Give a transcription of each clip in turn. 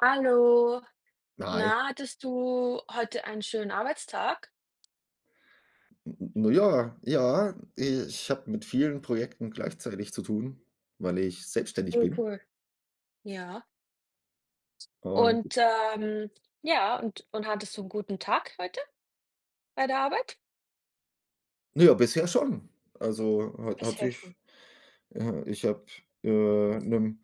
Hallo, Nein. na, hattest du heute einen schönen Arbeitstag? N na ja, ja, ich habe mit vielen Projekten gleichzeitig zu tun, weil ich selbstständig Oh, bin cool. Ja. und Und, ja, und hattest du einen guten Tag heute bei der Arbeit? na ja, bisher schon. Also, hat Das hat hilft sich schon. Ich habe, 'nem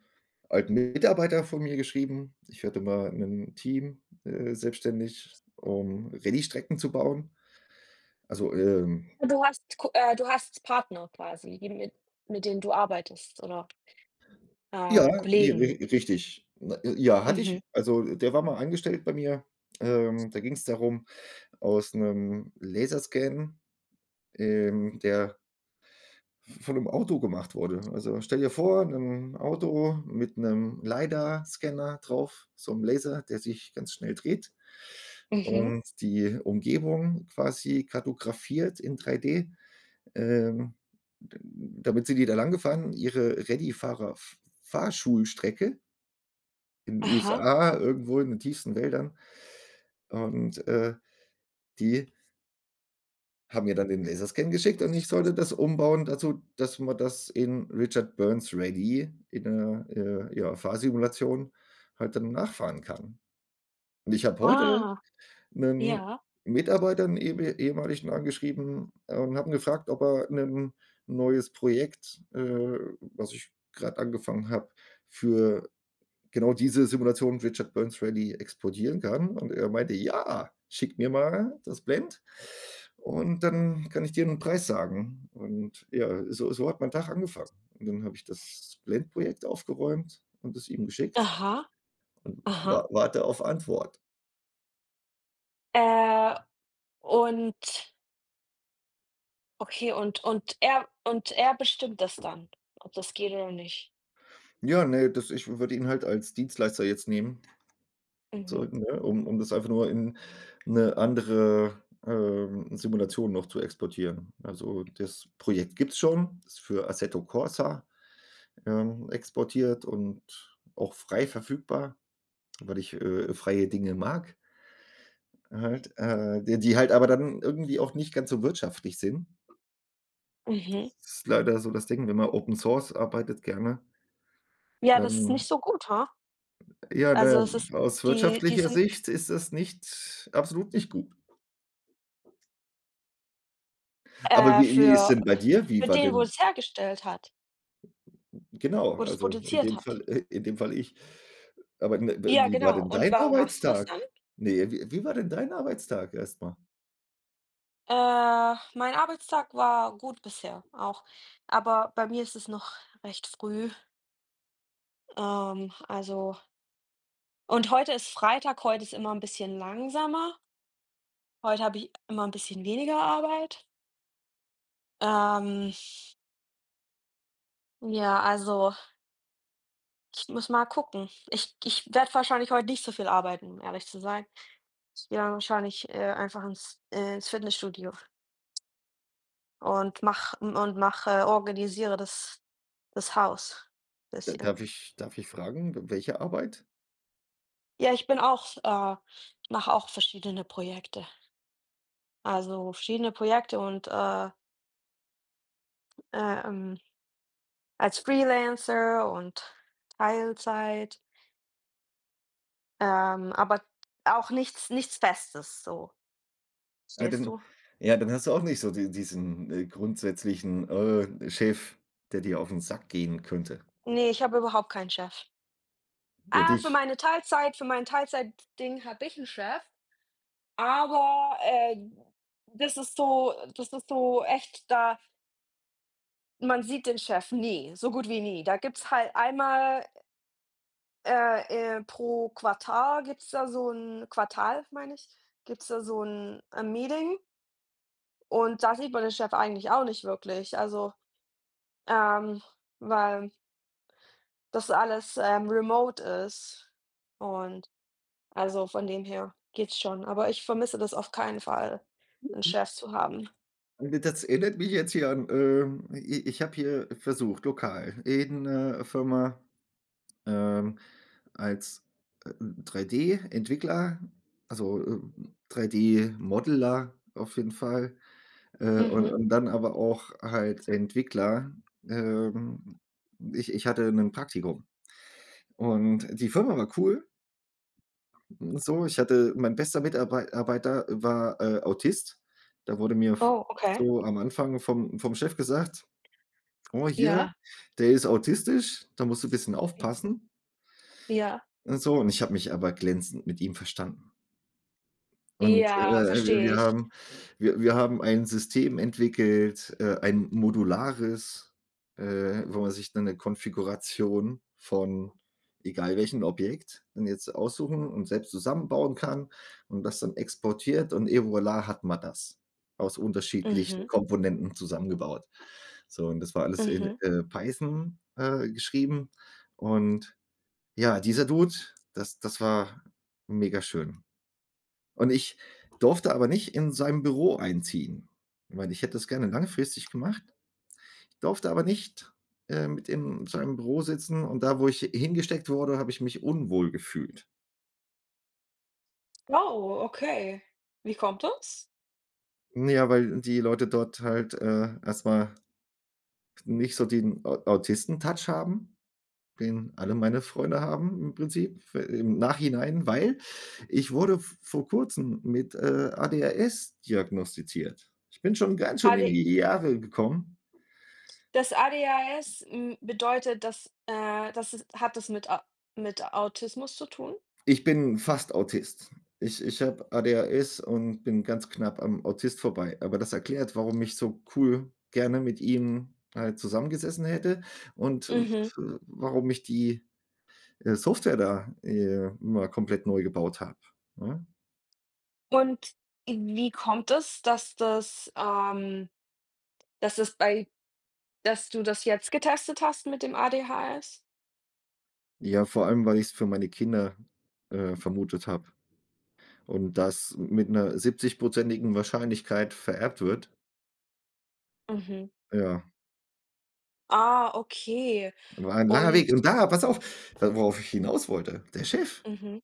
alten Mitarbeiter von mir geschrieben, ich hatte mal 'nen Team, selbstständig, um Rallystrecken zu bauen. Also, Und du hast Partner quasi, die mit denen du arbeitest, oder, ja, i Kollegen. ri richtig. Na ja, hatte ich. Mhm, Also, der war mal angestellt bei mir. Da ging's darum, aus 'nem Laserscan der von einem Auto gemacht wurde. Also, stell dir vor, ein Auto mit einem LiDAR-Scanner drauf, so einem Laser, der sich ganz schnell dreht mhm. und die Umgebung quasi kartografiert in 3D. Ähm, d Damit sind die da langgefahren, ihre Rallye-Fahrer Fahrschulstrecke in den Aha. USA, irgendwo in den tiefsten Wäldern. Und, die haben mir dann den Laserscan geschickt und ich sollte das umbauen dazu, dass man das in Richard Burns Rallye in 'ner, ja, Fahrsimulation halt dann nachfahren kann. Und ich habe heute Ah, 'nen ja. Mitarbeiter, 'n eheme ehemaligen angeschrieben, und habe ihn gefragt, ob er 'nen neues Projekt, was ich grad angefangen habe, für genau diese Simulation Richard Burns Rally explodieren kann. Und er meinte: „Ja, schick mir mal das Blend und dann kann ich dir einen Preis sagen.“ Und ja, so hat mein Tag angefangen. Und dann habe ich das Blend Projekt aufgeräumt und es ihm geschickt. Aha, aha. Wa warte auf Antwort. Äh, und okay, und er bestimmt das dann, ob das geht oder nicht? Ja, nee das ich würde ihn halt als Dienstleister jetzt nehmen, so, Mhm. ne, um das einfach nur in eine andere, Simulation noch zu exportieren. Also, das Projekt gibt's schon, ist für Assetto Corsa. Exportiert und auch frei verfügbar, weil ich, freie Dinge mag halt, die halt aber dann irgendwie auch nicht ganz so wirtschaftlich sind. Mhm. Das ist leider so das Ding, wenn man Open Source arbeitet gerne. Ja, das ist Dann nicht so gut, ha? ja, na ja, Also, es ist aus die wirtschaftlicher sind, Sicht ist das nicht absolut nicht gut. Aber äh, wie ist für denn bei dir? Wie für war den, wo denn es hergestellt hat, genau, wo das also produziert hat. In dem Fall ich. Aber, ne, Ja, wie war genau. denn Und dein warum machst du das Arbeitstag? dann? Ne, wie war denn dein Arbeitstag erstmal? Mein Arbeitstag war gut bisher auch, aber bei mir ist es noch recht früh. Also und heute ist Freitag, heute ist immer ein bisschen langsamer. Heute habe ich immer ein bisschen weniger Arbeit. Ähm, ja, also ich muss mal gucken. Ich werde wahrscheinlich heute nicht so viel arbeiten, um ehrlich zu sein. Ich gehe dann wahrscheinlich, einfach ins Fitnessstudio und mache organisiere das Haus Da bisschen. darf ich fragen, welche Arbeit? Ja, ich bin auch mache auch verschiedene Projekte. Also, verschiedene Projekte und, ähm, als Freelancer und Teilzeit, aber auch nichts Festes so, Ah, verstehst dann du? ja, dann hast du auch nicht so diesen, grundsätzlichen, Chef, der dir auf den Sack gehen könnte. Ne, ich habe überhaupt keinen Chef. Ja, Ah, dich. Für mein Teilzeitding habe ich 'n Chef, aber, das ist so echt da man sieht den Chef nie, so gut wie nie. Da gibt's halt einmal, äh, pro Quartal gibt's da so 'n Quartal, meine ich, gibt's da so 'n, Meeting, und da sieht man den Chef eigentlich auch nicht wirklich, also, ähm, weil das alles, remote ist und also, von dem her geht's schon, aber ich vermisse das auf keinen Fall, einen Chef zu haben. Das erinnert mich jetzt hier an, i ich habe hier versucht, lokal in 'ner Firma, ähm, als, 3D-Entwickler, also, 3D-Modeler auf jeden Fall. Äh, und Mhm. und dann aber auch halt Entwickler. Ähm, ich hatte 'nen Praktikum und die Firma war cool, so. Ich hatte mein bester Mitarbeiter war, Autist. Da wurde mir v Oh, okay. so am Anfang vom Chef gesagt: „Oh, hier, Ja. der ist autistisch, da musst du ein bisschen aufpassen.“ Ja. Und so, und ich habe mich aber glänzend mit ihm verstanden. Und, Ja, äh, wir wir verstehe ich. haben wir wir haben ein System entwickelt, ein modulares, wo man sich dann 'ne Konfiguration von egal welchem Objekt dann jetzt aussuchen und selbst zusammenbauen kann und das dann exportiert und et voilà hat man das aus unterschiedlichen Mhm, Komponenten zusammengebaut. So, und das war alles in, mhm. Python, geschrieben. Und ja, dieser Dude, das war mega schön. Und ich durfte aber nicht in seinem Büro einziehen, weil ich hätte das gerne langfristig gemacht. Ich durfte aber nicht, mit in seinem Büro sitzen und da, wo ich hingesteckt wurde, habe ich mich unwohl gefühlt. Oh, okay. Wie kommt das? Ja, weil die Leute dort halt, erst nicht so den Au Autisten-Touch haben, den alle meine Freunde haben im Prinzip w im Nachhinein, weil ich wurde v vor Kurzem mit, ADHS diagnostiziert. Ich bin schon ganz schön AD in die Jahre gekommen. Das ADHS bedeutet, dass das ist hat das mit Autismus zu tun? Ich bin fast Autist. Ich habe ADHS und bin ganz knapp am Autist vorbei. Aber das erklärt, warum ich so cool gerne mit ihm halt zusammengesessen hätte und f Mhm. warum ich die, Software da, mal komplett neu gebaut habe, ne? Und wie kommt es, dass das bei dass du das jetzt getestet hast mit dem ADHS? Ja, vor allem, weil ich's für meine Kinder, vermutet habe und das mit 'ner 70 Wahrscheinlichkeit vererbt wird. Mhm. Ja, Ah, okay. war ein langer Weg. Und Und da pass auf, da worauf ich hinaus wollte, der Chef mhm,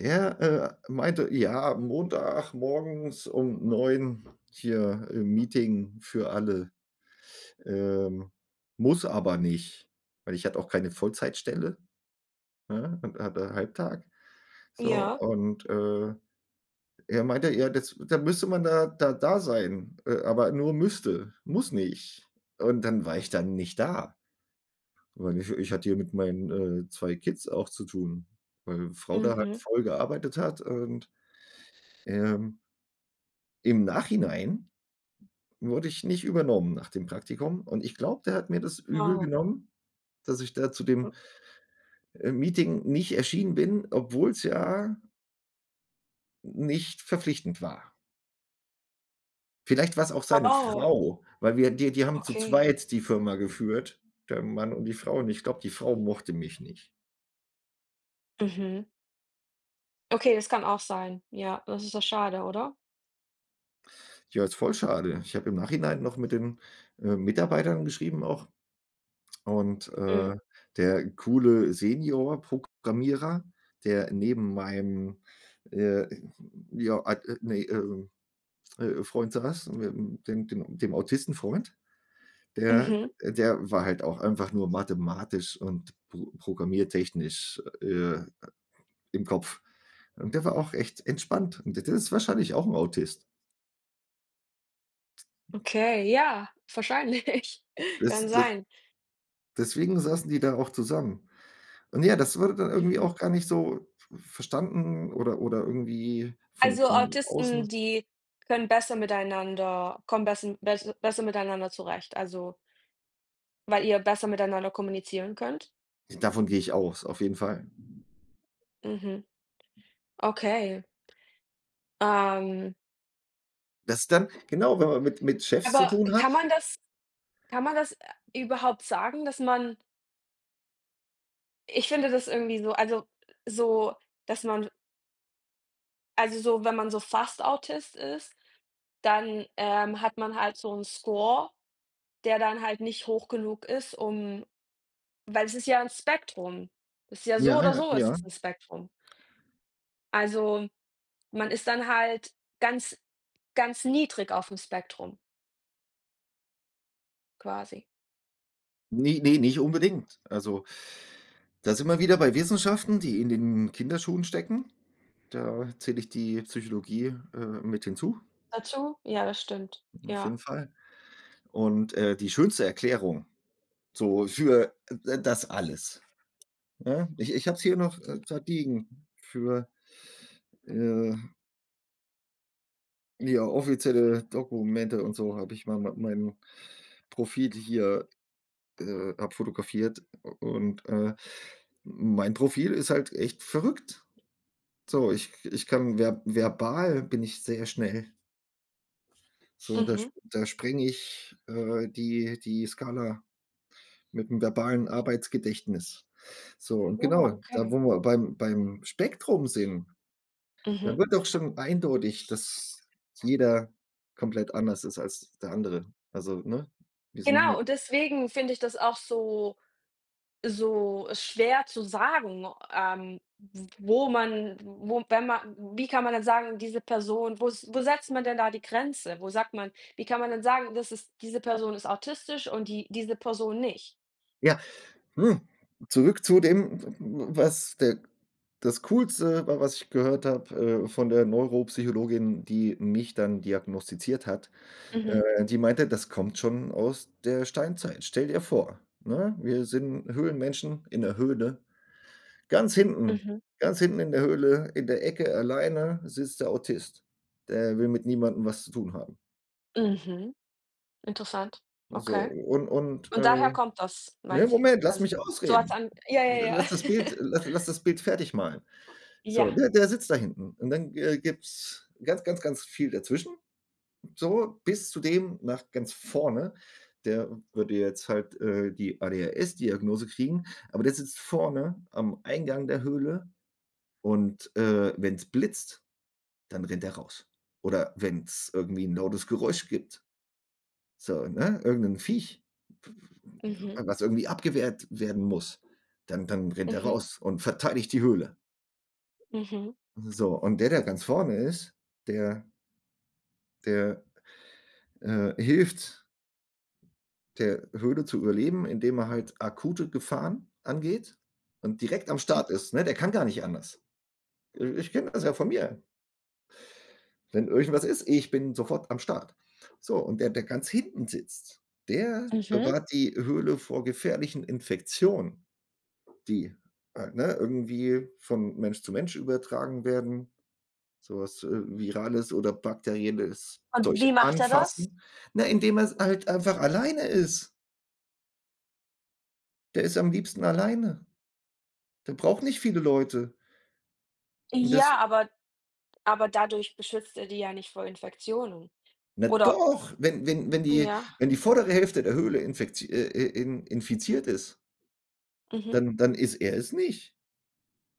Der, äh, meinte: „Ja, Montagmorgens um 9 hier, Meeting für alle.“ Ähm, Muss aber nicht, weil ich hatte auch keine Vollzeitstelle, ne, und hatte Halbtag. So, ja, und, er meinte: „Ja, das da müsste man da sein, aber nur müsste, muss nicht.“ Und dann war ich dann nicht da, weil ich hatte hier mit meinen, 2 Kids auch zu tun, weil Frau da halt mhm. voll gearbeitet hat und, ähm im Nachhinein wurde ich nicht übernommen nach dem Praktikum und ich glaube, der hat mir das übel Oh, genommen, dass ich da zu dem, hm, Meeting nicht erschienen bin, obwohl's ja nicht verpflichtend war. Vielleicht war's auch seine oh, Frau, weil wir die haben zu okay. zweit die Firma geführt, der Mann und die Frau, und ich glaube, die Frau mochte mich nicht. Mhm. Okay, das kann auch sein. Ja, das ist doch schade, oder? Ja, ist voll schade. Ich habe im Nachhinein noch mit den, Mitarbeitern geschrieben auch. Und, Mhm. der coole Senior-Programmierer, der neben meinem, äh, ja, at ne, Freund saß, dem Autistenfreund, der Mhm. der, war halt auch einfach nur mathematisch und programmiertechnisch, im Kopf. Und der war auch echt entspannt. Und der ist wahrscheinlich auch ein Autist. Okay, ja, wahrscheinlich. Das Kann das sein. Deswegen saßen die da auch zusammen. Und ja, das wurde dann irgendwie Mhm. auch gar nicht so v verstanden oder irgendwie von Also, von außen. Autisten, die können besser miteinander zurecht, also, weil ihr besser miteinander kommunizieren könnt? Davon gehe ich aus, auf jeden Fall. Mhm, okay. Ähm, Das dann genau, wenn man mit Chefs zu aber tun hat. Kann man das, überhaupt sagen, dass man ich finde das irgendwie so, also, so, dass man also, so, wenn man so fast Autist ist, dann, hat man halt so 'n Score, der dann halt nicht hoch genug ist, um weil es ist ja 'n Spektrum. Das ist ja so Ja, oder ja, so ist ja. es 'n Spektrum. Also, man ist dann halt ganz ganz niedrig aufm Spektrum quasi. Ne, ne, nicht unbedingt. Also, da sind wir wieder bei Wissenschaften, die in den Kinderschuhen stecken. Da zähle ich die Psychologie, mit hinzu, Dazu? Ja, das stimmt. auf jeden Ja. Fall. Und, die schönste Erklärung so für, das alles. Ja, ich habe es hier noch, grad liegen für, äh, ja, offizielle Dokumente und so habe ich mal mein Profil hier, abfotografiert und, mein Profil ist halt echt verrückt. So, ich kann verbal bin ich sehr schnell. So, da Mhm. sp da sprenge ich, die Skala mit 'm verbalen Arbeitsgedächtnis. So, und Ja, genau, da okay. wo wir beim Spektrum sind. Da Mhm. wird doch schon eindeutig, dass jeder komplett anders ist als der andere. Also, ne? Wir sind Genau, halt und deswegen finde ich das auch so schwer zu sagen, wo wenn man wie kann man dann sagen, diese Person wo setzt man denn da die Grenze? Wo sagt man Wie kann man dann sagen, das ist diese Person ist autistisch und diese Person nicht? ja. hm, Zurück zu dem, was der das Coolste war, was ich gehört habe, von der Neuropsychologin, die mich dann diagnostiziert hat. Mhm, Die meinte, das kommt schon aus der Steinzeit. Stell dir vor, ne? Wir sind Höhlenmenschen in der Höhle. Ganz hinten, mhm. ganz hinten in der Höhle, in der Ecke alleine sitzt der Autist. Der will mit niemandem was zu tun haben. Mhm, interessant. So, Okay. und, Und daher kommt das, ne, meint sie? Moment, lass Also, mich so als ausreden. an ja, ja, ja. Lass das Bild lass lass das Bild fertig malen. Ja, So, ne, der sitzt da hinten und dann, gibt's ganz, ganz, ganz viel dazwischen, so bis zu dem nach ganz vorne. Der würde jetzt halt, die ADHS-Diagnose kriegen, aber der sitzt vorne am Eingang der Höhle und, wenn's blitzt, dann rennt er raus. Oder wenn es irgendwie ein lautes Geräusch gibt, so, ne, irgendein 'n Viech, mhm, was irgendwie abgewehrt werden muss, dann rennt er mhm, raus und verteidigt die Höhle. mhm. So, und der, der ganz vorne ist, der der hilft der Höhle zu überleben, indem er halt akute Gefahren angeht und direkt am Start ist, ne? Der kann gar nicht anders. Ich kenne das ja von mir. Wenn irgendwas ist, ich bin sofort am Start. So, und der, der ganz hinten sitzt, der Mhm. bewahrt die Höhle vor gefährlichen Infektionen, die, ne, irgendwie von Mensch zu Mensch übertragen werden, sowas Virales oder Bakterielles Und durch wie macht er das? Anfassen. Na, indem er halt einfach alleine ist. Der ist am liebsten alleine. Der braucht nicht viele Leute. Und das Ja, aber dadurch beschützt er die ja nicht vor Infektionen. na Oder doch, wenn ja, die vordere Hälfte der Höhle infektie in infiziert ist. mhm. Dann ist er es nicht,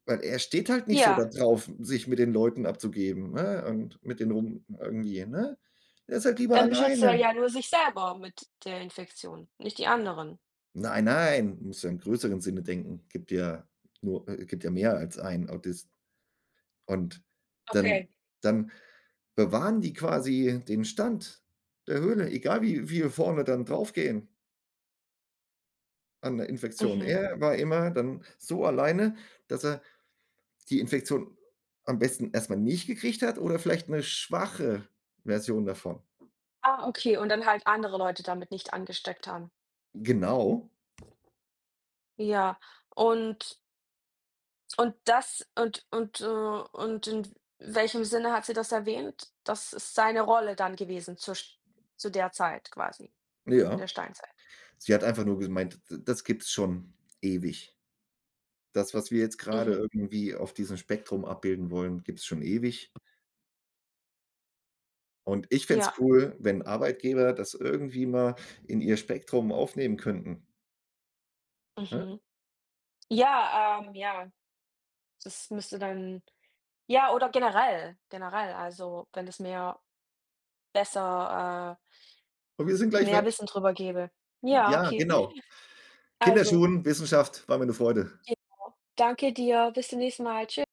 weil er steht halt nicht so da Ja, drauf, sich mit den Leuten abzugeben, ne, und mit denen rum irgendwie, ne? Er ist halt lieber dann beschützt er alleine. ja nur sich selber mit der Infektion, nicht die anderen. Nein, nein, musst ja im größeren Sinne denken. Gibt ja mehr als einen Autist und dann Okay. dann bewahren die quasi den Stand der Höhle, egal wie viele vorne dann draufgehen an 'ner Infektion. Mhm. Er war immer dann so alleine, dass er die Infektion am besten erstmal nicht gekriegt hat oder vielleicht 'ne schwache Version davon. Ah, okay, und dann halt andere Leute damit nicht angesteckt haben. Genau, Ja, und und das und in welchem Sinne hat sie das erwähnt? Das ist seine Rolle dann gewesen zur sch zu der Zeit quasi, in ja. der Steinzeit. Sie hat einfach nur gemeint, d das gibt's schon ewig. Das, was wir jetzt grade Mhm. irgendwie auf diesem Spektrum abbilden wollen, gibt's schon ewig. Und ich fände Ja, es cool, wenn Arbeitgeber das irgendwie mal in ihr Spektrum aufnehmen könnten, ne? mhm. Ja, ja, das müsste dann ja, oder generell, also, wenn es besser, Und wir sind gleich mehr weg. Wissen drüber gäbe. Ja, Ja, okay. genau. Also, Kinderschuhen, Wissenschaft, war mir 'ne Freude. genau. Danke dir. Bis zum nächsten Mal. Tschüss.